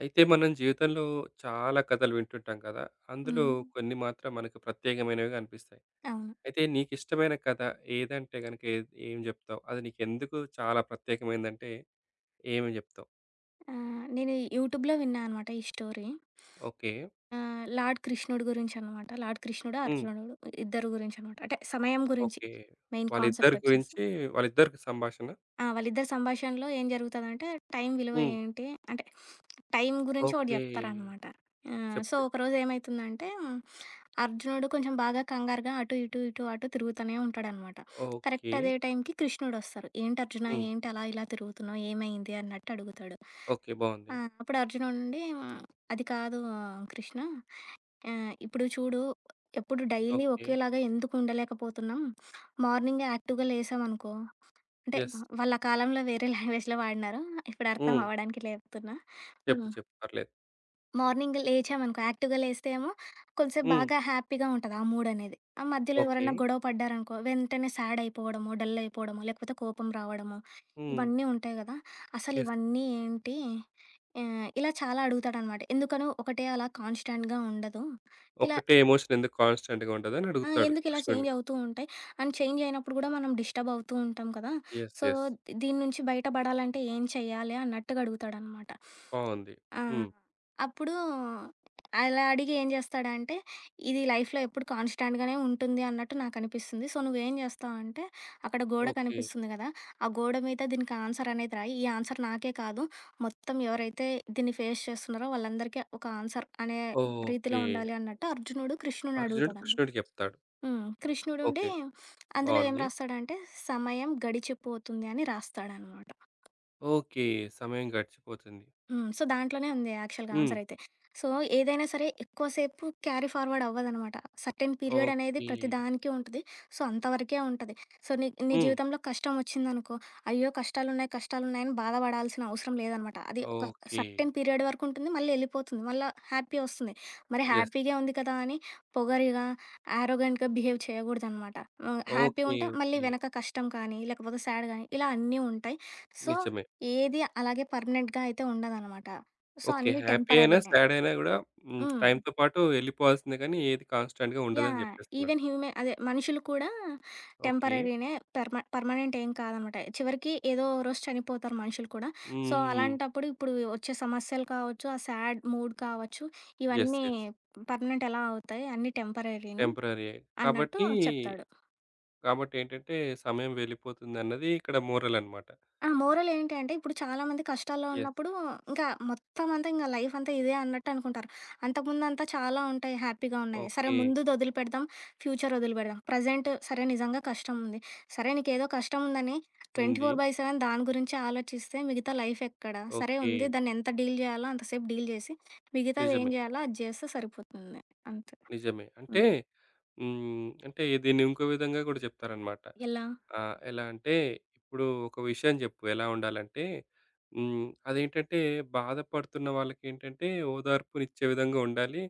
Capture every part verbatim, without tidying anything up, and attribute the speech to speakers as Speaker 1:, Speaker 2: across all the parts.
Speaker 1: అయితే మనం జీవితంలో చాలా కథలు వింటుంటాం కదా! అందులో
Speaker 2: హ్మ్.
Speaker 1: కొన్ని మాత్రం మనకు ప్రత్యేకమైనవిగా అనిపిస్తాయి.
Speaker 2: అవును.
Speaker 1: అయితే నీకిష్టమైన కథ ఏదంటే గనుక ఏ ఏం జెప్తావు? అది నీకెందుకు చాలా ప్రత్యేకమైందంటే ఏమని జెప్తావు?
Speaker 2: ఆహ్, నేను యూట్యూబ్‌లో విన్నా అనమాట ఈ స్టోరీ.
Speaker 1: ఓకే.
Speaker 2: ఆహ్, లార్డ్ కృష్ణుడి గురించనమాట. లార్డ్ కృష్ణుడు,
Speaker 1: హ్మ్.
Speaker 2: అర్జునుడు ఇద్దరు గురించనమాట. అంటే సమయం గురించి
Speaker 1: ఓకే.
Speaker 2: మెయిన్
Speaker 1: వాళ్ళిద్దరి
Speaker 2: కాన్సెప్ట్ వచ్చేసి.
Speaker 1: గురించి వాళ్ళిద్దరికి సంభాషణ.
Speaker 2: ఆ! వాళ్ళిద్దరి సంభాషణలో ఏం జరుగుతదంటే టైం విలువ
Speaker 1: హ్మ్.
Speaker 2: ఏంటి? అంటే టైం గురించి ఒకటి
Speaker 1: ఓకే.
Speaker 2: చెప్తారనమాట. ఆహ్,
Speaker 1: చెప్పు.
Speaker 2: సో,
Speaker 1: చెప్పు.
Speaker 2: ఒకరోజు ఏమైతుందంటే అర్జునుడు కొంచెం బాగా కంగారుగా అటు, ఇటు, ఇటు, అటు తిరుగుతూనే ఉంటాడనమాట.
Speaker 1: ఓకే.
Speaker 2: కరెక్ట్ అదే టైంకి కృష్ణుడొస్తారు. "ఏంటి అర్జున?
Speaker 1: హ్మ్.
Speaker 2: ఏంటి అలా ఇలా తిరుగుతున్నావు? ఏమైంది?" అన్నట్టు అడుగుతాడు.
Speaker 1: ఓకే. బావుంది.
Speaker 2: ఆ! అప్పుడు అర్జునుడుండి అది కాదు ఆ, కృష్ణ ఆహ్, ఇప్పుడు చూడు ఎప్పుడు డైలీ
Speaker 1: ఓకే.
Speaker 2: ఒకేలాగా ఎందుకు ఉండలేకపోతున్నాం. మార్నింగే యాక్టివ్‌గా లేసామనుకో అంటే
Speaker 1: యెస్.
Speaker 2: వాళ్ళ కాలంలో వేరే లాంగ్వేజ్‌లో వాడినారు. ఇప్పుడు అర్థం
Speaker 1: హ్మ్.
Speaker 2: అవ్వడానికి లేపుతున్నా.
Speaker 1: చెప్పు.
Speaker 2: హ్మ్.
Speaker 1: చెప్పు. పర్లేదు.
Speaker 2: మార్నింగ్ లేచామనుకో యాక్టివ్‌గా లేస్తే ఏమో కొంసేపు
Speaker 1: హ్మ్.
Speaker 2: బాగా హ్యాపీగా ఉంటది ఆ మూడ్ అనేది. ఆ మధ్యలో
Speaker 1: ఓకే.
Speaker 2: ఎవరైనా గొడవ పడ్డారనుకో వెంటనే సాడ్ అయిపోవడమో, డల్ అయిపోవడమో, లేకపోతే కోపం రావడమో
Speaker 1: హ్మ్.
Speaker 2: ఇవన్నీ ఉంటాయి గదా! అసలు
Speaker 1: యెస్.
Speaker 2: ఇవన్నీ ఏంటి ఆహ్, ఇలా చాలా అడుగుతాడనమాట. ఎందుకనో ఒకటే అలా కాన్‌స్టాంట్‌గా ఉండదు. ఇలా
Speaker 1: ఒక్కటే ఎమోషన్ ఎందుకు కాన్స్టెంట్‌గా ఉంటదని
Speaker 2: ఆ!
Speaker 1: అడుగుతాడు
Speaker 2: ఎందుకు ఇలా
Speaker 1: కృష్ణుడిని.
Speaker 2: చేంజ్ అవుతూ ఉంటాయి. అండ్ చేంజ్ అయినప్పుడు గూడా మనం డిస్టర్బ్ అవుతూ ఉంటాం కదా!
Speaker 1: యెస్.
Speaker 2: So,
Speaker 1: yes.
Speaker 2: దీని నుంచి బయటపడాలంటే ఏం చేయాలి అన్నట్టుగా అడుగుతాడనమాట.
Speaker 1: బావుంది.
Speaker 2: ఆ!
Speaker 1: హ్మ్.
Speaker 2: అప్పుడు అలా అడిగి ఏం చేస్తాడంటే, ఇది లైఫ్‌లో ఎప్పుడు కాన్‌స్టాంట్‌గానే ఉంటుంది అన్నట్టు నాకనిపిస్తుంది. సో, నువ్వేం చేస్తావంటే, అక్కడ గోడ
Speaker 1: ఓకే.
Speaker 2: కనిపిస్తుంది కదా! ఆ గోడ మీద దీనికి ఆన్సర్ అనేది రాయి. ఈ ఆన్సర్ నాకే కాదు, మొత్తం ఎవరైతే దీన్ని ఫేస్ చేస్తున్నారో వాళ్ళందరికీ ఒక ఆన్సర్ అనే రీతిలో
Speaker 1: ఓకే.
Speaker 2: ఉండాలి అన్నట్టు అర్జునుడు కృష్ణుడిని
Speaker 1: అర్జునుడు
Speaker 2: అడుగుతాడన్నమాట.
Speaker 1: కృష్ణుడికి చెప్తాడు.
Speaker 2: హ్మ్. కృష్ణుడుండి
Speaker 1: ఓకే.
Speaker 2: అందులో ఏం
Speaker 1: బావుంది.
Speaker 2: రాస్తాడంటే, సమయం గడిచిపోతుంది అని రాస్తాడన్నమాట.
Speaker 1: ఓకే. సమయం గడిచిపోతుంది.
Speaker 2: హ్మ్. సో, దాంట్లోనే ఉంది యాక్చువల్‌గా
Speaker 1: హ్మ్.
Speaker 2: ఆన్సరయితే. సో, ఏదైనా సరే ఎక్కువ సేపు క్యారీ ఫార్వర్డ్ అవ్వదనమాట. సర్టెన్ పీరియడనేది
Speaker 1: ఓకే.
Speaker 2: ప్రతి దానికి ఉంటది. సో, అంతవరకే ఉంటది. సో, నీ నీ
Speaker 1: హ్మ్.
Speaker 2: జీవితంలో కష్టమొచ్చిందనుకో, అయ్యో! కష్టాలున్నాయి, కష్టాలున్నాయని బాధపడాల్సిన అవసరం లేదనమాట. అది ఒక
Speaker 1: ఓకే.
Speaker 2: Certain period వరకుంటుంది. మళ్ళీ యెళ్ళిపోతుంది. మళ్ళా హ్యాపీ ఒస్తుంది. మరి
Speaker 1: యెస్.
Speaker 2: హ్యాపీగే ఉంది కదా అని పొగరుగా, యారోగెంట్‌గా బిహేవ్ చేయగూడదనమాట. హ్మ్. Happy
Speaker 1: okay.
Speaker 2: ఉంటే మళ్ళీ
Speaker 1: ఓకే.
Speaker 2: వెనక కష్టం కానీ, లేకపోతే సాడ్ గానీ ఇలా అన్నీ ఉంటాయి. సో
Speaker 1: నిజమే.
Speaker 2: ఏది అలాగే పర్మనెంట్‌గా అయితే ఉండదనమాట. So,
Speaker 1: okay.
Speaker 2: అన్నీ
Speaker 1: హ్యాపీ అయినా,
Speaker 2: టెంపరరీనే.
Speaker 1: సాడ్ అయినా గూడా హ్మ్.
Speaker 2: హ్మ్.
Speaker 1: టైమ్‌తో పాటు ఎళ్ళిపోవాల్సిందే కానీ ఏది కాన్స్టెంట్‌గా ఉండదని
Speaker 2: యాహ్!
Speaker 1: చెప్పేస్తున్నాడు.
Speaker 2: ఈవెన్ హ్యూమె అదే మనుషులు కూడా
Speaker 1: ఓకే.
Speaker 2: టెంపరరీనే పెర్మ పర్మనెంట్ ఏం కాదనమాట. చివరికి ఏదో ఓ రోజు చనిపోతారు మనుషులు కూడా. సో,
Speaker 1: హ్మ్.
Speaker 2: అలాంటప్పుడు ఇప్పుడు వచ్చే సమస్యలు కావచ్చు, ఆ సాడ్ మూడ్ కావచ్చు,
Speaker 1: యెస్.
Speaker 2: ఇవన్నీ
Speaker 1: యెస్.
Speaker 2: పర్మనెంట్ ఎలా అవుతాయి, అన్నీ టెంపరరీనే
Speaker 1: టెంపరరీయే.
Speaker 2: అన్నట్టు
Speaker 1: కాబట్టి
Speaker 2: చెప్తాడు.
Speaker 1: కాబట్టి ఏంటంటే సమయం వెళ్ళిపోతుందన్నది ఇక్కడ మోరల్ అన్నమాట.
Speaker 2: ఆ! మోరల్ ఏంటి అంటే, ఇప్పుడు చాలామంది కష్టాల్లో
Speaker 1: యెస్.
Speaker 2: ఉన్నప్పుడు, ఇంకా మొత్తం అంతా ఇంక లైఫ్ అంతా ఇదే అన్నట్టు అనుకుంటారు. అంతకుముందంతా చాలా ఉంటాయి, హ్యాపీగా ఉన్నాయి. సరే
Speaker 1: ఓకే.
Speaker 2: ముందుది వదిలిపెడదాం, ఫ్యూచర్ వదిలిపెడదాం. ప్రెజెంట్ సరే నిజంగా కష్టం ఉంది. సరే నీకేదో కష్టం ఉందని
Speaker 1: ఉంది.
Speaker 2: ట్వెంటీ ఫోర్ బై సెవెన్ దాని గురించే ఆలోచిస్తే మిగతా లైఫ్ ఎక్కడ? సరే
Speaker 1: ఓకే.
Speaker 2: ఉంది, దాన్ని ఎంత డీల్ చేయాలో అంత సేపు డీల్ చేసి, మిగతాది
Speaker 1: నిజమే.
Speaker 2: ఏం చేయాలో అది చేస్తే సరిపోతుంది. అంతే.
Speaker 1: నిజమే. అంటే
Speaker 2: హ్మ్.
Speaker 1: హ్మ్. అంటే దీన్ని ఇంకో విధంగా కూడా చెప్తారన్నమాట.
Speaker 2: ఎలా?
Speaker 1: ఆహ్, ఎలా అంటే ఇప్పుడు ఒక విషయం చెప్పు ఎలా ఉండాలంటే హ్మ్. అదేంటంటే బాధపడుతున్న వాళ్ళకేంటంటే ఓదార్పునిచ్చే విధంగా ఉండాలి.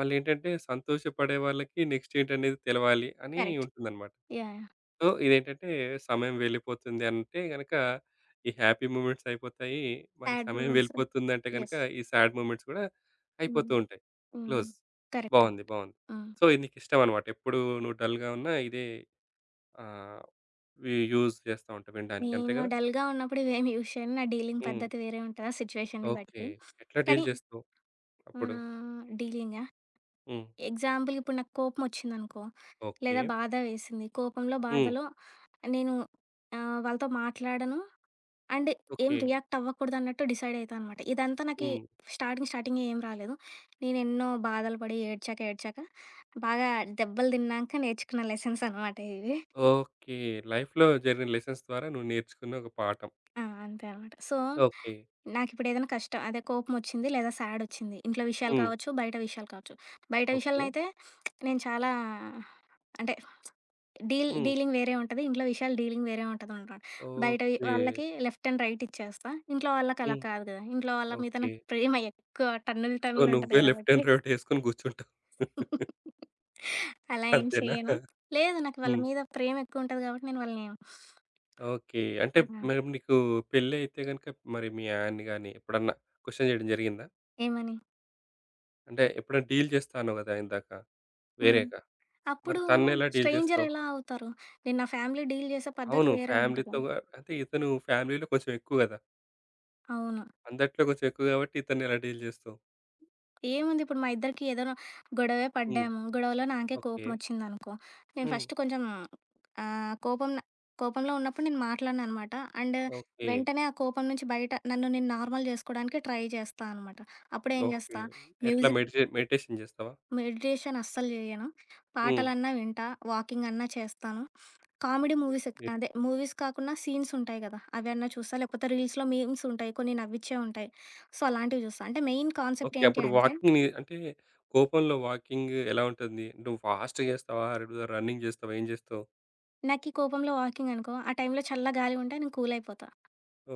Speaker 1: మళ్ళేంటంటే సంతోషపడే వాళ్ళకి నెక్స్ట్ ఏంటనేది తెలవాలి అని
Speaker 2: కరెక్ట్.
Speaker 1: ఉంటుందన్నమాట.
Speaker 2: యాహ్! యాహ్!
Speaker 1: సో, ఇదేంటంటే సమయం వెళ్ళిపోతుంది అంటే గనక, ఈ హ్యాపీ మూమెంట్స్ అయిపోతాయి. మరి
Speaker 2: సాడ్
Speaker 1: సమయం
Speaker 2: మూమెంట్స్.
Speaker 1: వెళ్ళిపోతుందంటే గనక,
Speaker 2: యెస్.
Speaker 1: ఈ సాడ్ మూమెంట్స్ కూడా అయిపోతూ
Speaker 2: హ్మ్.
Speaker 1: ఉంటాయి.
Speaker 2: హ్మ్.
Speaker 1: క్లోజ్.
Speaker 2: కరెక్ట్.
Speaker 1: బావుంది. బావుంది.
Speaker 2: హ్మ్.
Speaker 1: సో, ఇది నీకిష్టం అన్నమాట. ఎప్పుడు నువ్వు డల్‌గా ఉన్నా ఇదే ఆహ్, వి యూజ్ చేస్తా ఉంటావు వినడానికి. అంతే
Speaker 2: నేను
Speaker 1: కదా?
Speaker 2: డల్‌గా ఉన్నప్పుడు ఇవేమి యూజ్ చేయను. నా డీలింగ్
Speaker 1: హ్మ్.
Speaker 2: పద్ధతి వేరే ఉంటది. ఆ సిట్యుయేషన్‌ని
Speaker 1: ఓకే.
Speaker 2: బట్టి.
Speaker 1: ఎట్లా డీల్
Speaker 2: కానీ
Speaker 1: చేస్తావు అప్పుడు?
Speaker 2: హ్మ్. డీలింగా?
Speaker 1: హ్మ్.
Speaker 2: ఎగ్జాంపుల్ ఇప్పుడు నాకు కోపమొచ్చిందనుకో,
Speaker 1: ఓకే.
Speaker 2: లేదా బాధ వేసింది. కోపంలో,
Speaker 1: హ్మ్.
Speaker 2: బాధలో నేను ఆహ్, వాళ్ళతో మాట్లాడను. అండ్ ఏం
Speaker 1: ఓకే.
Speaker 2: రియాక్ట్ అవ్వకూడదన్నట్టు డిసైడ్ అయితా అనమాట. ఇదంతా నాకి
Speaker 1: హ్మ్.
Speaker 2: స్టార్టింగ్, స్టార్టింగే ఏం రాలేదు. నేనెన్నో బాధలు పడి ఏడ్చాక, ఏడ్చాక బాగా దెబ్బలు తిన్నాక నేర్చుకున్న లెసన్స్ అనమాట ఇవి.
Speaker 1: ఓకే. లైఫ్‌లో జరిగిన లెసన్స్ ద్వారా నువ్వు నేర్చుకున్న ఒక పాఠం.
Speaker 2: ఆ! అంతే అనమాట. So,
Speaker 1: okay.
Speaker 2: నాకిప్పుడేదైనా కష్టం అదే కోపమొచ్చింది లేదా సాడొచ్చింది. ఇంట్లో విషయాలు
Speaker 1: హ్మ్.
Speaker 2: కావచ్చు, బయట విషయాలు కావచ్చు. బయట
Speaker 1: ఓకే.
Speaker 2: విషయాలనైతే నేను చాలా అంటే డీల్
Speaker 1: హ్మ్.
Speaker 2: డీలింగ్ వేరే ఉంటది. ఇంట్లో విషయాలు డీలింగ్ వేరే ఉంటదనమాట. బయట వి
Speaker 1: ఓకే.
Speaker 2: వాళ్ళకి లెఫ్ట్ అండ్ రైట్ ఇచ్చేస్తా. ఇంట్లో వాళ్ళకి అలా
Speaker 1: హ్మ్.
Speaker 2: కాదు కదా! ఇంట్లో వాళ్ళ మీద
Speaker 1: ఓకే.
Speaker 2: నాకు ప్రేమ ఎక్కువ టన్నులు
Speaker 1: సో,
Speaker 2: టన్నులుంటది
Speaker 1: నువ్వే లెఫ్ట్
Speaker 2: కాబట్టి
Speaker 1: అండ్ రైట్ యేసుకొని గూర్చుంటావు.
Speaker 2: అలా ఏం
Speaker 1: అంతేనా?
Speaker 2: చెయ్యను. లేదు నాకు వాళ్ళ
Speaker 1: హ్మ్.
Speaker 2: మీద ప్రేమ ఎక్కువుంటది కాబట్టి నేను వాళ్ళని
Speaker 1: ఓకే. అంటే
Speaker 2: ఆహ్,
Speaker 1: మరి నీకు పెళ్లయితే గనుక మరి మీ ఆయన్ని గాని ఎప్పుడన్నా క్వెషన్ జేయడం జరిగిందా?
Speaker 2: ఏమని
Speaker 1: అంటే ఎప్పుడైనా డీల్ చేస్తా అన్నావు గదా! ఇందాక
Speaker 2: హ్మ్.
Speaker 1: వేరేగా.
Speaker 2: అప్పుడు
Speaker 1: మరి తనెలా డీల్
Speaker 2: స్ట్రేంజర్
Speaker 1: జేస్తావు?
Speaker 2: ఎలా అవుతారు? నేను నా ఫ్యామిలీ డీల్ చేసే పద్ధతి
Speaker 1: అవును.
Speaker 2: వేరే ఉంటది.
Speaker 1: ఫ్యామిలీతో గా అంటే ఇతను ఫ్యామిలీలో కొంచెం ఎక్కువ గదా!
Speaker 2: అవును.
Speaker 1: అందట్లో కొంచెం ఎక్కువ గాబట్టి ఇతన్నెలా డీల్ జేస్తావు?
Speaker 2: ఏముంది ఇప్పుడు మా ఇద్దరికి ఏదైనా గొడవే
Speaker 1: హ్మ్.
Speaker 2: పడ్డాము. గొడవలో నాకే
Speaker 1: ఓకే.
Speaker 2: కోపమొచ్చిందనుకో, నేను
Speaker 1: హ్మ్.
Speaker 2: ఫస్ట్ కొంచెం ఆహ్, కోపం కోపంలో ఉన్నప్పుడు నేను మాట్లాడననమాట. And
Speaker 1: okay.
Speaker 2: వెంటనే ఆ కోపం నుంచి బయట నన్ను నేను నార్మల్ చేసుకోవడానికి ట్రై చేస్తా అనమాట. అప్పుడేం
Speaker 1: ఓకే.
Speaker 2: చేస్తా
Speaker 1: ఎట్లా
Speaker 2: మ్యూజిక్
Speaker 1: మెడిటే మెడిటేషన్ జేస్తావా?
Speaker 2: మెడిటేషన్ అస్సలు చేయను.
Speaker 1: హ్మ్.
Speaker 2: పాటలన్నా వింటా, వాకింగ్ అన్నా చేస్తాను. కామెడీ మూవీస్ ఎక్ అదే మూవీస్ కాకున్నా సీన్స్ ఉంటాయి కదా! అవన్నా చూస్తా. లేకపోతే రీల్స్‌లో మీమ్స్ ఉంటాయి. కొన్ని నవ్విచ్చే ఉంటాయి. సో, అలాంటివి చూస్తా. అంటే మెయిన్ కాన్సెప్ట్
Speaker 1: ఓకే.
Speaker 2: ఏంటి
Speaker 1: అప్పుడు
Speaker 2: అంటే,
Speaker 1: వాకింగ్‌ని అంటే కోపంలో వాకింగ్ ఎలా ఉంటుంది? నువ్వు ఫాస్ట్‌గా చేస్తావా? రెగ్యులర్ రన్నింగ్ చేస్తావా? ఏం చేస్తావు?
Speaker 2: నాకీ కోపంలో వాకింగ్ అనుకో, ఆ టైంలో చల్ల గాలి ఉంటే నేను కూల్ అయిపోతా.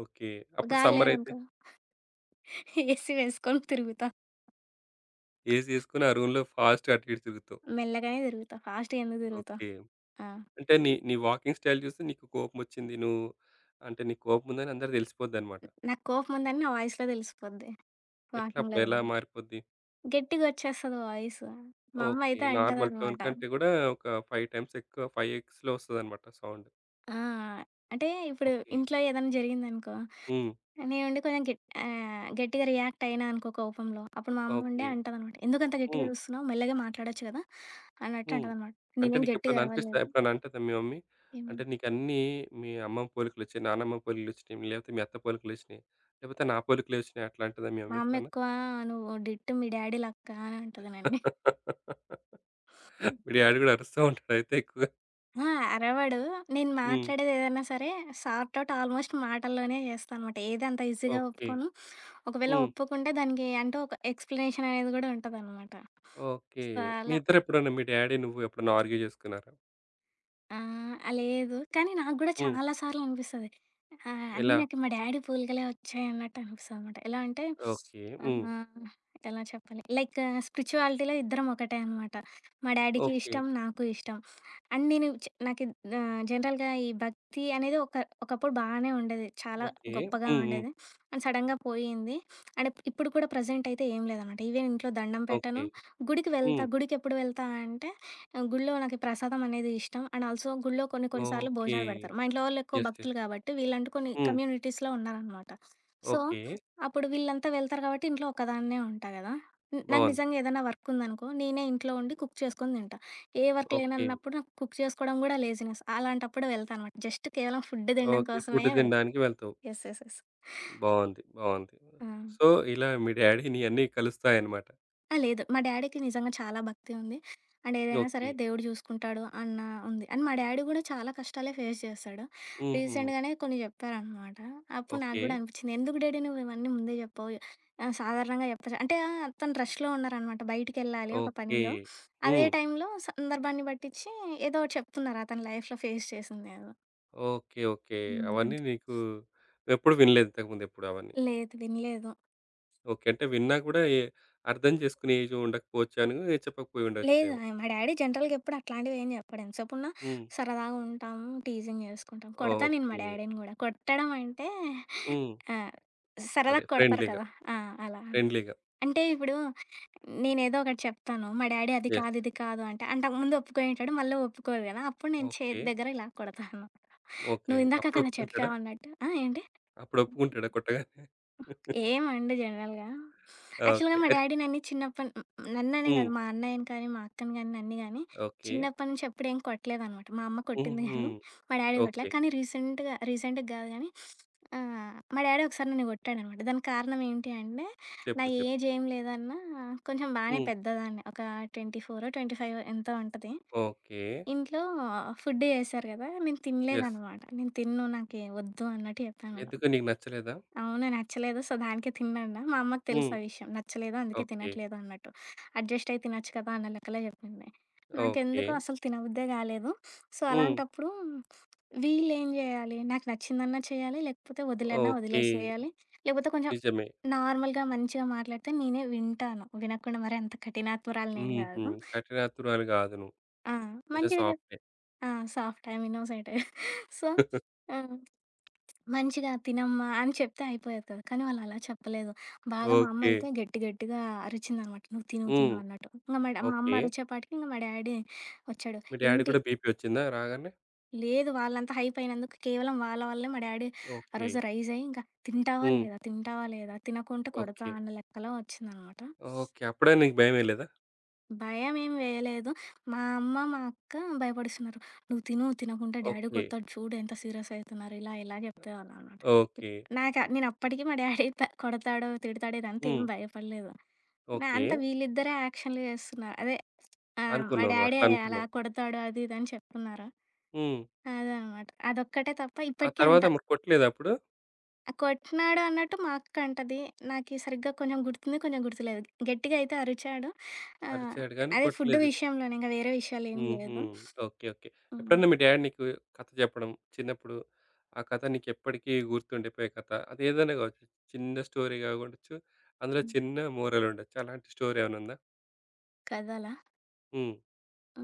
Speaker 1: ఓకే. అప్పుడు
Speaker 2: గాలి
Speaker 1: సమ్మర్ అయితే
Speaker 2: లేదనుకో ఏసీ వేసుకొని తిరుగుతా.
Speaker 1: ఏసీ ఏసుకొని ఆ రూమ్‌లో ఫాస్ట్‌గా అటు ఇటు తిరుగుతావు.
Speaker 2: మెల్లగానే తిరుగుతా. ఫాస్ట్‌గా ఎందుకు తిరుగుతా?
Speaker 1: ఓకే.
Speaker 2: ఆ!
Speaker 1: అంటే నీ నీ వాకింగ్ స్టైల్ చూసి నీకు కోపమొచ్చింది. నువ్వు అంటే నీకు కోపం ఉందని అందరికి తెలిసిపోద్దనమాట.
Speaker 2: నాకు కోపం ఉందని నా వాయిస్‌లో తెలిసిపోద్ది.
Speaker 1: ఎట్లా అప్పుడు
Speaker 2: వాకింగ్‌లో
Speaker 1: ఎలా
Speaker 2: కాదు.
Speaker 1: మారిపోద్ది?
Speaker 2: గట్టిగొచ్చేస్తది వాయిసు. మా అమ్మ
Speaker 1: ఓకే.
Speaker 2: అయితే
Speaker 1: నార్మల్ టోన్
Speaker 2: అంటదనమాట.
Speaker 1: కంటే కూడా ఒక ఐదు టైమ్స్ ఎక్కువ, ఐదు ఎక్స్‌లో వస్తదనమాట సౌండ్.
Speaker 2: ఆ! అంటే ఇప్పుడు
Speaker 1: ఓకే.
Speaker 2: ఇంట్లో ఏదైనా జరిగిందనుకో,
Speaker 1: హ్మ్.
Speaker 2: నేనుండి కొంచెం గెట్ ఆహ్, గట్టిగా రియాక్ట్ అయినా అనుకో కోపంలో, అప్పుడు మా అమ్మ ఉండే
Speaker 1: ఓకే.
Speaker 2: అంటదనమాట, "ఎందుకంత గట్టిగా
Speaker 1: హ్మ్.
Speaker 2: అరుస్తున్నావు? మెల్లగా మాట్లాడొచ్చు కదా!" అన్నట్టు
Speaker 1: హ్మ్.
Speaker 2: అంటదనమాట.
Speaker 1: అంటే
Speaker 2: నేనేం గట్టిగా
Speaker 1: నీకెప్పుడైనా అనిపిస్తదా?
Speaker 2: అరవలేదు.
Speaker 1: ఎప్పుడైనా అంటదా మీ మమ్మీ? అంటే
Speaker 2: ఏమని,
Speaker 1: నీకన్నీ మీ అమ్మమ్మ పోలికలొచ్చినాయి, నానమ్మ పోలికలొచ్చినాయి, లేకపోతే మీ అత్త పోలికలొచ్చినాయి, లేకపోతే నా పోలికలే వచ్చినాయి అట్లా అంటదా మీ
Speaker 2: మా
Speaker 1: మమ్మీ
Speaker 2: అమ్మ
Speaker 1: ఎప్పుడన్నా?
Speaker 2: ఎక్కువ "నువ్వు డిట్టో మీ డాడీ లెక్క" అని అంటది నన్ని.
Speaker 1: మీ డ్యాడీ గూడా అరుస్తా ఉంటాడయితే ఎక్కువగా.
Speaker 2: ఆ! అరవడు. నేను
Speaker 1: హ్మ్.
Speaker 2: మాట్లాడేది ఏదైనా సరే సార్ట్ ఔట్ ఆల్మోస్ట్ మాటల్లోనే చేస్తా అనమాట. ఏది అంత ఈజీగా
Speaker 1: ఓకే.
Speaker 2: ఒప్పుకోను. ఒకవేళ
Speaker 1: హ్మ్.
Speaker 2: ఒప్పుకుంటే దానికి అంటూ ఒక ఎక్స్‌ప్లనేషన్ అనేది కూడా ఉంటదనమాట.
Speaker 1: ఓకే.
Speaker 2: సో,
Speaker 1: మీ
Speaker 2: అలా.
Speaker 1: ఇద్దరెప్పుడన్నా మీ డ్యాడీ నువ్వు ఎప్పుడన్నా ఆర్గ్యూ చేసుకున్నారా?
Speaker 2: ఆ! ఆ! లేదు. కానీ నాకు గూడా
Speaker 1: హ్మ్.
Speaker 2: చాలా సార్లు అనిపిస్తది. ఆహ్, అన్నీ
Speaker 1: ఎలా?
Speaker 2: నాకు మా డ్యాడీ పోలికలే వచ్చాయన్నట్టు అనిపిస్తదనమాట. ఎలా అంటే
Speaker 1: ఓకే. హ్మ్.
Speaker 2: ఆహ్, ఎలా చెప్పాలి? లైక్ స్పిరిచువాలిటీలో ఇద్దరం ఒకటే అనమాట. మా డ్యాడీకి
Speaker 1: ఓకే.
Speaker 2: ఇష్టం, నాకు ఇష్టం. అండ్ నేను చ్ నాకు ఆహ్, జనరల్‌గా ఈ భక్తి అనేది ఒక ఒకప్పుడు బానే ఉండేది. చాలా
Speaker 1: ఓకే.
Speaker 2: గొప్పగా
Speaker 1: హ్మ్. హ్మ్.
Speaker 2: ఉండేది. అండ్ సడెన్‌గా పోయింది. అండ్ ఇప్పుడు కూడా ప్రెజెంట్ అయితే ఏం లేదనమాట. ఈవెన్ ఇంట్లో దండం
Speaker 1: ఓకే.
Speaker 2: పెట్టను. గుడికి
Speaker 1: హ్మ్.
Speaker 2: వెళ్తా. గుడికెప్పుడు వెళ్తా అంటే గుడిలో నాకు ఈ ప్రసాదం అనేది ఇష్టం. అండ్ ఆల్సో గుడిలో కొన్ని కొన్ని సార్లు
Speaker 1: ఓకే.
Speaker 2: భోజనాలు పెడతారు. మా ఇంట్లో వాళ్ళు ఎక్కువ
Speaker 1: యెస్.
Speaker 2: భక్తులు
Speaker 1: యెస్.
Speaker 2: కాబట్టి వీళ్ళంటూ కొన్ని
Speaker 1: హ్మ్.
Speaker 2: కమ్యూనిటీస్‌లో ఉన్నారనమాట. So,
Speaker 1: okay.
Speaker 2: అప్పుడు వీళ్ళంతా వెళ్తారు కాబట్టి ఇంట్లో ఒక్కదాన్నే ఉంటా కదా! హ్మ్. నాకు
Speaker 1: బావుంది.
Speaker 2: నిజంగా ఏదైనా వర్క్ ఉందనుకో, నేనే ఇంట్లో ఉండి కుక్ చేసుకొని తింటా. ఏ వర్క్
Speaker 1: ఓకే.
Speaker 2: లేనన్నప్పుడు నాకు కుక్ చేసుకోవడం కూడా లేజినెస్. అలాంటప్పుడు వెళ్తా అనమాట. జస్ట్ కేవలం ఫుడ్ తినడం
Speaker 1: ఓకే.
Speaker 2: కోసమే
Speaker 1: ఫుడ్
Speaker 2: వెళ్తా.
Speaker 1: తినడానికి వెళ్తావు.
Speaker 2: యెస్. యెస్. యెస్.
Speaker 1: బావుంది. బావుంది.
Speaker 2: ఆ!
Speaker 1: సో, ఇలా మీ డ్యాడీ నీయన్నీ కలుస్తాయన్నమాట.
Speaker 2: ఆ! లేదు. మా డ్యాడీకి నిజంగా చాలా భక్తి ఉంది. అండ్ ఏదైనా సరే
Speaker 1: ఓకే.
Speaker 2: దేవుడు చూసుకుంటాడు అన్న ఉంది. అండ్ మా డ్యాడీ గూడా చాలా కష్టాలే ఫేస్ చేశాడు.
Speaker 1: హుహు.
Speaker 2: రీసెంట్‌గానే కొన్ని చెప్పారనమాట. అప్పుడు నాకు
Speaker 1: ఓకే.
Speaker 2: గూడా అనిపిచ్చింది. ఎందుకు డ్యాడీ నువ్వు ఇవన్నీ ముందే చెప్పావు? ఆహ్, సాధారణంగా చెప్పచ్చు. అంటే ఆహ్, తను రష్‌లో ఉన్నారనమాట. బయటికెళ్ళాలి ఒక
Speaker 1: ఓకే.
Speaker 2: పనిలో. అదే
Speaker 1: హ్మ్.
Speaker 2: టైంలో సందర్భాన్ని బట్టిచ్చి ఏదో ఒకటి చెప్తున్నారు. అతని లైఫ్‌లో ఫేస్ చేసిందేదో.
Speaker 1: ఓకే. ఓకే.
Speaker 2: హ్మ్.
Speaker 1: అవన్నీ నీకు నువ్వెప్పుడు వినలేదు ఇంతకుముందెప్పుడు అవన్నీ.
Speaker 2: లేదు వినలేదు.
Speaker 1: ఓకే. అంటే విన్నా కూడా ఏ అర్థం చేసుకునే ఏజ్ ఉండకపోవచ్చు అని చెప్పకపోయి
Speaker 2: లేదు.
Speaker 1: ఉండొచ్చేమో.
Speaker 2: ఆయ మా డ్యాడీ జనరల్‌గా ఎప్పుడు అట్లాంటివేం చెప్పడు. ఎంతసేపున్నా
Speaker 1: హ్మ్.
Speaker 2: సరదాగా ఉంటాము, టీజింగ్ చేసుకుంటాం. కొడతా అంతే. నేను మా
Speaker 1: ఓకే.
Speaker 2: డ్యాడీని గూడా. కొట్టడం అంటే
Speaker 1: హ్మ్.
Speaker 2: ఆహ్,
Speaker 1: అదే
Speaker 2: సరదాగా కొడతారు
Speaker 1: ఫ్రెండ్లీగా.
Speaker 2: కదా! ఆ! అలా.
Speaker 1: ఫ్రెండ్లీగా.
Speaker 2: అంటే ఇప్పుడు నేనేదో ఒకటి చెప్తాను. మా డ్యాడీ అది
Speaker 1: యెస్.
Speaker 2: కాదు, ఇది కాదు అంటే అంతకుముందు ఒప్పుకునేటోడు మళ్ళీ ఒప్పుకోరు గదా! అప్పుడు నేను
Speaker 1: ఓకే.
Speaker 2: చేతి దగ్గర ఇలా కొడతా అన్నమాట.
Speaker 1: ఓకే.
Speaker 2: నువ్వు ఇందాక
Speaker 1: అప్పుడు
Speaker 2: కదా
Speaker 1: ఒప్పుకుంటాడా?
Speaker 2: చెప్పావన్నట్టు. ఆ! ఏంటి?
Speaker 1: అప్పుడు ఒప్పుకుంటాడా కొట్టగానే?
Speaker 2: ఏమండి జనరల్‌గా. యాక్చువల్‌గా
Speaker 1: ఓకే.
Speaker 2: మా
Speaker 1: అయిత్
Speaker 2: డ్యాడీ నన్ని చిన్నప్పటి నన్ననే
Speaker 1: హ్మ్.
Speaker 2: కాదు మా అన్నయ్యని కానీ, మా అక్కని గానీ, నన్ని గానీ
Speaker 1: ఓకే.
Speaker 2: చిన్నప్పటి నుంచి ఎప్పుడేం కొట్టలేదనమాట. మా అమ్మ కొట్టింది
Speaker 1: హుహు.
Speaker 2: గానీ, మా డ్యాడీ కొట్టలే.
Speaker 1: ఓకే.
Speaker 2: కానీ రీసెంట్‌గా రీసెంట్‌గా కాదు గానీ ఆహ్, మా డ్యాడీ ఒకసారి నన్ను కొట్టాడనమాట. దానికి కారణం ఏంటి అంటే, నా
Speaker 1: చెప్పు. చెప్పు.
Speaker 2: ఏజ్ ఏం లేదన్నా కొంచెం బానే
Speaker 1: హ్మ్.
Speaker 2: పెద్దదాన్ని. ఒక ఇరవై నాలుగు, ఇరవై ఐదు ఎంతో ఉంటది.
Speaker 1: ఓకే.
Speaker 2: ఇంట్లో ఫుడ్ చేశారు కదా! నేను
Speaker 1: యెస్.
Speaker 2: తినలేదనమాట. నేను తినను నాకు వద్దు అన్నట్టు చెప్పాననమాట.
Speaker 1: ఎందుకు నీకు నచ్చలేదా?
Speaker 2: అవును. నచ్చలేదు. సో, దానికే తిననన్నా. మా అమ్మకి తెలుసు
Speaker 1: హ్మ్.
Speaker 2: ఆ విషయం. నచ్చలేదు అందుకే
Speaker 1: ఓకే.
Speaker 2: తినట్లేదు అన్నట్టు. అడ్జస్ట్ అయ్యి తినొచ్చు కదా! అన్న లెక్కలో చెప్పింది. హ్మ్.
Speaker 1: ఓకే.
Speaker 2: నాకెందుకో అసలు తినబుద్దే గాలేదు. సో,
Speaker 1: హ్మ్.
Speaker 2: అలాంటప్పుడు వీళ్ళేం జేయాలి? నాకు నచ్చిందన్నా చేయాలి, లేకపోతే వదిలన్నా
Speaker 1: ఓకే.
Speaker 2: వదిలేసేయాలి. లేకపోతే కొంచెం
Speaker 1: నిజమే.
Speaker 2: నార్మల్‌గా మంచిగా మాట్లాడితే నేనే వింటాను. వినకుండా మరి అంత కఠినాత్మురాలినేం
Speaker 1: హుహు.
Speaker 2: గాదు.
Speaker 1: కఠినాతురాలు గాదు నువ్వు.
Speaker 2: ఆ!
Speaker 1: కొంచెం
Speaker 2: మంచిగా చెప్
Speaker 1: సాఫ్టే.
Speaker 2: ఆ! సాఫ్ట్ ఆమె ఇన్నోసెంటే. సో ఆ! మంచిగా తినమ్మా అని చెప్తే అయిపోయేది కదా! కానీ వాళ్ళు అలా చెప్పలేదు. బాగా మా అమ్మ
Speaker 1: ఓకే.
Speaker 2: అయితే గట్టి గట్టిగా అరిచిందనమాట. "నువ్వు తిను తిను"
Speaker 1: హ్మ్.
Speaker 2: అన్నట్టు. ఇంగ మా డా మా
Speaker 1: ఓకే.
Speaker 2: అమ్మ అరిచేపాటికి ఇంగ మా డ్యాడీ వచ్చాడు.
Speaker 1: మీ డ్యాడీ
Speaker 2: "ఏంటి
Speaker 1: కూడా బీపీ వచ్చిందా రాగానే?
Speaker 2: లేదు వాళ్ళంతా హైప్ అయినందుకు కేవలం వాళ్ళ వల్లే" మా డ్యాడీ ఆ
Speaker 1: ఓకే.
Speaker 2: రోజు రైజ్ అయ్యి ఇంకా "తింటావా
Speaker 1: హ్మ్.
Speaker 2: లేదా? తింటావా లేదా? తినకుంటే కొడతా"
Speaker 1: ఓకే.
Speaker 2: అన్న లెక్కలో వచ్చిందనమాట.
Speaker 1: ఓకే. అప్పుడే నీకు భయమేయలేదా?
Speaker 2: భయమేం వేయలేదు. మా అమ్మ, మా అక్క భయపడిస్తున్నారు. "నువ్వు తిను, తినకుంటే డ్యాడీ
Speaker 1: ఓకే.
Speaker 2: కొడతాడు చూడు ఎంత సీరియస్ అయితున్నారు" ఇలా ఇలా చెప్పేవాళ్ళనమాట.
Speaker 1: ఓకే.
Speaker 2: నాకా నేనప్పటికి మా డ్యాడీ త కొడతాడో, తిడతాడో ఇదంతా ఏం
Speaker 1: హ్మ్.
Speaker 2: భయపడలేదు. నా
Speaker 1: ఓకే.
Speaker 2: అంతా వీళ్ళిద్దరే యాక్షన్‌లు చేస్తున్నారు. అదే ఆ! మా
Speaker 1: అనుకున్నావు నువ్వు
Speaker 2: డ్యాడీ
Speaker 1: అట్లా
Speaker 2: అలా
Speaker 1: అనుకున్నావు.
Speaker 2: కొడతాడు అది ఇది అని చెప్తున్నారు.
Speaker 1: హ్మ్.
Speaker 2: అదనమాట. అదొక్కటే తప్ప
Speaker 1: ఆ
Speaker 2: ఇప్పటికి
Speaker 1: తర్వాత
Speaker 2: అంట
Speaker 1: మరి కొట్టలేదా అప్పుడు?
Speaker 2: ఆ! కొట్టినాడు అన్నట్టు మా అక్క అంటది. నాకీ సరిగ్గా కొంచెం గుర్తుంది, కొంచెం గుర్తులేదు. గట్టిగా అయితే అరిచాడు. ఆహ్,
Speaker 1: అరిచాడు గానీ
Speaker 2: అదే ఫుడ్
Speaker 1: కొట్టలేదు.
Speaker 2: విషయంలోనే ఇంక వేరే విషయాలేమి
Speaker 1: హుహు.
Speaker 2: లేదు.
Speaker 1: ఓకే. ఓకే.
Speaker 2: హ్మ్.
Speaker 1: ఎప్పుడన్నా మీ డ్యాడ్ నీకు కథ చెప్పడం చిన్నప్పుడు, ఆ కథ నీకెప్పటికీ గుర్తుండిపోయే కథ అదేదైనా కావచ్చు. చిన్న స్టోరీ కాకుండొచ్చు. అందులో
Speaker 2: హ్మ్.
Speaker 1: చిన్న మోరల్ ఉండొచ్చు. అలాంటి స్టోరీ ఏమైనా ఉందా?
Speaker 2: కథలా?
Speaker 1: హ్మ్.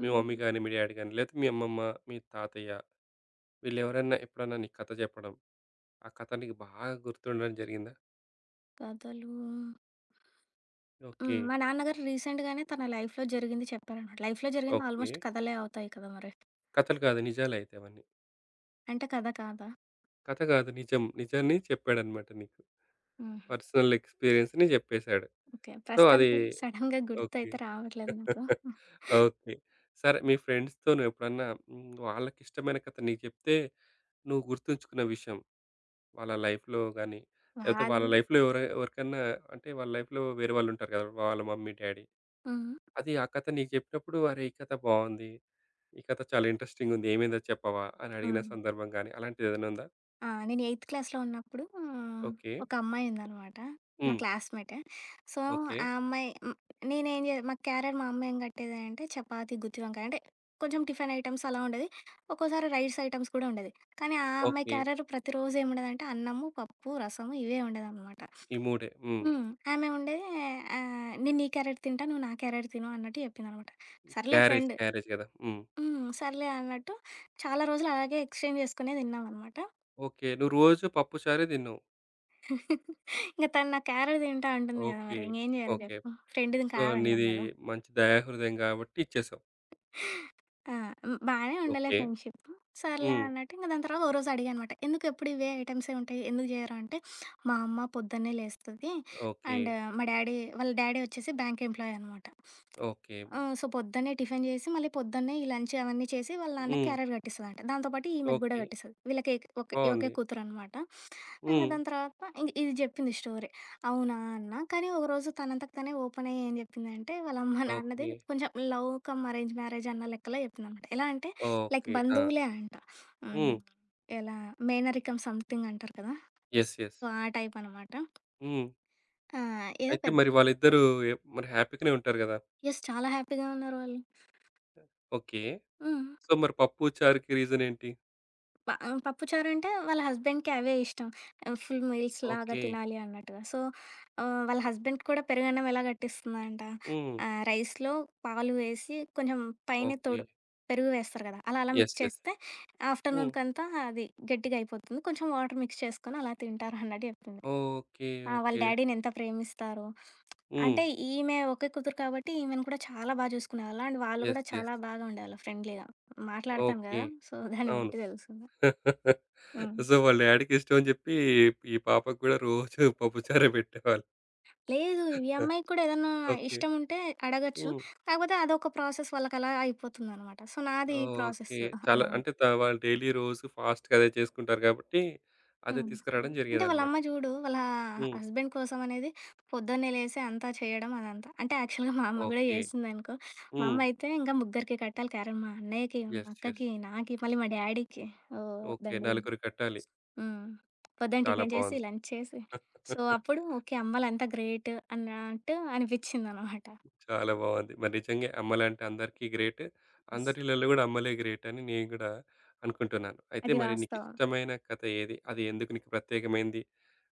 Speaker 1: మీ మమ్మీ గాని, మీ డ్యాడీ గాని లేకపోతే మీ అమ్మమ్మ, మీ తాతయ్య వీళ్ళెవరన్నా ఎప్పుడన్నా నీకు కథ చెప్పడం, ఆ కథ నీకు బాగా గుర్తుండడం జరిగిందా?
Speaker 2: కథలు హ్మ్.
Speaker 1: ఓకే.
Speaker 2: మా నాన్నగారు రీసెంట్‌గానే తన లైఫ్‌లో జరిగింది చెప్పారనమాట. లైఫ్‌లో జరిగింది
Speaker 1: ఓకే.
Speaker 2: ఆల్మోస్ట్ కథలే అవుతాయి కదా మరి!
Speaker 1: కథలు కాదు నిజాలే అయితే అవన్నీ.
Speaker 2: అంటే కథ కాదా?
Speaker 1: కథ కాదు నిజం. నిజాన్ని చెప్పాడన్నమాట నీకు.
Speaker 2: హుహు.
Speaker 1: పర్సనల్ ఎక్స్‌పీరియన్స్‌ని చెప్పేసాడు.
Speaker 2: ఓకే.
Speaker 1: సో, అది
Speaker 2: ప్రస్తుతానికి సడెన్‌గా
Speaker 1: ఓకే.
Speaker 2: గుర్తయితే రావట్లేదు నాకు.
Speaker 1: ఓకే. సరే మీ ఫ్రెండ్స్‌తో నువ్వెప్పుడన్నా హ్మ్, వాళ్ళకిష్టమైన కథ నీకు చెప్తే నువ్వు గుర్తుంచుకున్న విషయం వాళ్ళ లైఫ్‌లో గాని, లేకపోతే వాళ్ళ
Speaker 2: వాళ్ళు
Speaker 1: లైఫ్‌లో ఎవరై ఎవరికన్నా అంటే వాళ్ళ లైఫ్‌లో వేరే వాళ్ళుంటారు కదా! వాళ్ళ మమ్మీ, డ్యాడీ.
Speaker 2: హ్మ్.
Speaker 1: అది ఆ కథ నీకు చెప్పినప్పుడు అరే! ఈ కథ బావుంది. ఈ కథ చాలా ఇంట్రెస్టింగుంది. ఏమైందో చెప్పవా? అని అడిగిన
Speaker 2: హ్మ్.
Speaker 1: సందర్భం గాని అలాంటిదేదైనా ఉందా?
Speaker 2: ఆ! నేను ఎయిత్ క్లాస్‌లో ఉన్నప్పుడు ఆ,
Speaker 1: ఓకే.
Speaker 2: ఒక అమ్మాయి ఉందనమాట. నా
Speaker 1: హ్మ్.
Speaker 2: క్లాస్‌మేటే. So,
Speaker 1: okay.
Speaker 2: ఆ అమ్మాయి హ్మ్, నేనేం జే మా క్యారియర్ మా అమ్మ ఏం కట్టేదంటే చపాతీ, గుత్తి వంకాయ అంటే కొంచెం టిఫిన్ ఐటెమ్స్ అలా ఉండేది. ఒక్కోసారి రైస్ ఐటెమ్స్ కూడా ఉండేది. కానీ ఆ అమ్మాయి
Speaker 1: ఓకే.
Speaker 2: క్యారియర్ ప్రతిరోజు ఏముండేదంటే అన్నము, పప్పు, రసము ఇవే ఉండేదనమాట.
Speaker 1: ఈ మూడే. హ్మ్.
Speaker 2: హ్మ్. ఆమె ఉండేది ఆహ్, "నేను నీ క్యారెట్ తింటా. నువ్వు నా క్యారెట్ తిను" అన్నట్టు చెప్పిందనమాట. సర్లే
Speaker 1: క్యారేజ్,
Speaker 2: ఫ్రెండ్
Speaker 1: క్యారేజ్ కదా! హ్మ్.
Speaker 2: హ్మ్. సర్లే అన్నట్టు చాలా రోజులు అలాగే ఎక్స్‌చేంజ్ చేసుకునే తిన్నామనమాట.
Speaker 1: ఓకే. నువ్వు రోజు పప్పు చారే తిన్నావు.
Speaker 2: ఇంక తను నా క్యారట్ తింటా అంటుంది గదా!
Speaker 1: ఓకే.
Speaker 2: మరి ఇంగేం జేయాలి
Speaker 1: ఓకే.
Speaker 2: జెప్పు? ఫ్రెండ్‌ది
Speaker 1: సో,
Speaker 2: కాదనలేం
Speaker 1: నీది
Speaker 2: గదా!
Speaker 1: మంచి దయాహృదయం గాబట్టి ఇచ్చేసావు.
Speaker 2: ఆ! హ్మ్. బానే ఉండేలే
Speaker 1: ఓకే.
Speaker 2: ఫ్రెండ్‌షిప్. సర్లే
Speaker 1: హ్మ్.
Speaker 2: అన్నట్టు ఇంక దాని తర్వాత ఓ రోజు అడిగా అనమాట. "ఎందుకు ఎప్పుడు ఇవే ఐటెమ్సే ఉంటాయి? ఎందుకు జేయరు?" అంటే, "మా అమ్మ పొద్దున్నే లేస్తది.
Speaker 1: ఓకే.
Speaker 2: అండ్ మా డ్యాడీ వాళ్ళ డ్యాడీ వచ్చేసి బ్యాంక్ ఎంప్లాయీ అనమాట.
Speaker 1: ఓకే.
Speaker 2: ఆ! సో, పొద్దున్నే టిఫిన్ చేసి, మళ్ళీ పొద్దున్నే ఈ లంచ్ అవన్నీ చేసి, వాళ్ళ నాన్నకి
Speaker 1: హ్మ్.
Speaker 2: క్యారేట్ కట్టిస్తదంట. దాంతో పాటు ఈమెకి గూడా
Speaker 1: ఓకే.
Speaker 2: కట్టిస్తది. వీళ్ళకి ఏక్ ఒకే ఒకే
Speaker 1: బావుంది.
Speaker 2: కూతురనమాట. ఇంగ
Speaker 1: హ్మ్.
Speaker 2: దాని తర్వాత ఇంక ఇది చెప్పింది స్టోరీ. అవునా అన్నా, కానీ ఒకరోజు తనంతట తనే ఓపెన్ అయ్యి ఏం చెప్పిందంటే, వాళ్ళ అమ్మ నాన్నది
Speaker 1: ఓకే.
Speaker 2: కొంచెం లవ్ కమ్ అరేంజ్ మ్యారేజ్ అన్న లెక్కలో చెప్పిందనమాట. ఎలా అంటే, లైక్
Speaker 1: ఓకే. ఆ!
Speaker 2: బంధువులే అంట. హ్మ్.
Speaker 1: హ్మ్.
Speaker 2: ఎలా మేనరికం సంథింగ్ అంటారు కదా!
Speaker 1: యెస్. యెస్.
Speaker 2: సో, ఆ టైపనమాట.
Speaker 1: హ్మ్.
Speaker 2: ఆ! ఏదో
Speaker 1: అయితే
Speaker 2: పెద్ద
Speaker 1: మరి వాళ్ళిద్దరూ ఎ మరి హ్యాపీగానే ఉంటారు గదా!
Speaker 2: యెస్. చాలా హ్యాపీగా ఉన్నారు వాళ్ళు.
Speaker 1: ఓకే.
Speaker 2: హ్మ్.
Speaker 1: సో, మరి పప్పు, చారుకి రీజనేంటి?
Speaker 2: ప ఆహ్, పప్పుచారు అంటే వాళ్ళ హస్బెండ్‌కి అవే ఇష్టం. ఆహ్, ఫుల్ మీల్స్ లాగా
Speaker 1: ఓకే.
Speaker 2: తినాలి అన్నట్టుగా. సో, ఆహ్, వాళ్ళ హస్బెండ్‌కి కూడా పెరుగన్నం ఎలా గట్టిస్తుందంట,
Speaker 1: హ్మ్.
Speaker 2: ఆహ్, రైస్‌లో పాలు వేసి కొంచెం పైన
Speaker 1: ఓకే.
Speaker 2: తొడు పెరుగు వేస్తారు కదా! అలా అలా
Speaker 1: యెస్.
Speaker 2: Mix
Speaker 1: yes.
Speaker 2: చేస్తే
Speaker 1: హ్మ్.
Speaker 2: ఆఫ్టర్‌నూన్‌కంతా అది గట్టిగా అయిపోతుంది. కొంచెం వాటర్ మిక్స్ చేసుకొని అలా తింటారు అన్నట్టు చెప్పింది.
Speaker 1: ఓకే.
Speaker 2: ఆ! వాళ్ళ
Speaker 1: ఓకే.
Speaker 2: డ్యాడీని ఎంత ప్రేమిస్తారో.
Speaker 1: హ్మ్.
Speaker 2: అంటే ఈమె ఒకే కూతురు కాబట్టి ఈమెను కూడా చాలా బాగా చూసుకునేవాళ్ళు. అండ్ వాళ్ళు
Speaker 1: యెస్.
Speaker 2: కూడా
Speaker 1: యెస్.
Speaker 2: చాలా బాగా ఉండేవాళ్ళు ఫ్రెండ్లీగా. మాట్లాడతాను
Speaker 1: ఓకే.
Speaker 2: కదా! సో, దాన్ని
Speaker 1: అవును.
Speaker 2: బట్టి తెలిసింది.
Speaker 1: సో,
Speaker 2: హ్మ్.
Speaker 1: వాళ్ళ డ్యాడీకి ఇష్టం అని చెప్పి, ఈ పాపకు కూడా రోజు పప్పుచారే పెట్టేవాళ్ళు.
Speaker 2: లేదు. ఈ అమ్మాయికి కూడా ఏదన్నా
Speaker 1: ఓకే.
Speaker 2: ఇష్టం ఉంటే అడగొచ్చు.
Speaker 1: హ్మ్.
Speaker 2: కాకపోతే అదొక ప్రాసెస్ వాళ్ళకలా అయిపోతుందనమాట. సో, నాది ఈ ప్రాసెస్.
Speaker 1: ఓకే. చాలా
Speaker 2: నా
Speaker 1: అంటే త వాళ్ళు డైలీ రోజు ఫాస్ట్‌గా అదే చేసుకుంటారు కాబట్టి, అదే
Speaker 2: హ్మ్.
Speaker 1: తీసుకురావడం
Speaker 2: అంటే
Speaker 1: జరిగేదన్నమాట.
Speaker 2: వాళ్ళమ్మ చూడు వాళ్ళ
Speaker 1: హ్మ్.
Speaker 2: హస్బెండ్ కోసం అనేది పొద్దున్నే లేసి అంతా చేయడం అదంతా. అంటే యాక్చువల్‌గా మా అమ్మ గూడా
Speaker 1: ఓకే.
Speaker 2: చేసిందనుకో. మా
Speaker 1: హ్మ్.
Speaker 2: అమ్మ అయితే ఇంకా ముగ్గురికి కట్టాలి క్యారట్. మా అన్నయ్యకి, మా
Speaker 1: యెస్. యెస్.
Speaker 2: అక్కకి, నాకి, మళ్ళీ మా డ్యాడీకి. ఓహ్!
Speaker 1: ఓకే.
Speaker 2: దండిగుంది.
Speaker 1: నలుగురు కట్టాలి.
Speaker 2: హ్మ్. పొద్దున
Speaker 1: చాలా
Speaker 2: టిఫిన్ చేసి,
Speaker 1: బావుంది.
Speaker 2: లంచ్ చేసి సో, అప్పుడు ఓకే. అమ్మలంతా గ్రేట్ అన్నట్టు అనిపిచ్చిందనమాట.
Speaker 1: చాలా బావుంది. మరి నిజంగే అమ్మలంటే అందరికీ గ్రేట్.
Speaker 2: యెస్.
Speaker 1: అందరి ఇళ్లలో కూడా అమ్మలే గ్రేట్ అని నేను కూడా అనుకుంటున్నాను. అయితే
Speaker 2: అది
Speaker 1: మరి
Speaker 2: వాస్తవం.
Speaker 1: నీకిష్టమైన కథ ఏది? అది ఎందుకు నీకు ప్రత్యేకమైంది?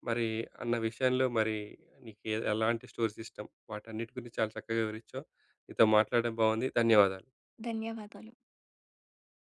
Speaker 1: మరి అన్న విషయంలో మరి నీకు ఏ- ఎలాంటి స్టోరీస్ ఇష్టం వాటన్నిటి గురించి చాలా చక్కగా వివరించావు నీతో మాట్లాడడం బాగుంది ధన్యవాదాలు
Speaker 2: ధన్యవాదాలు.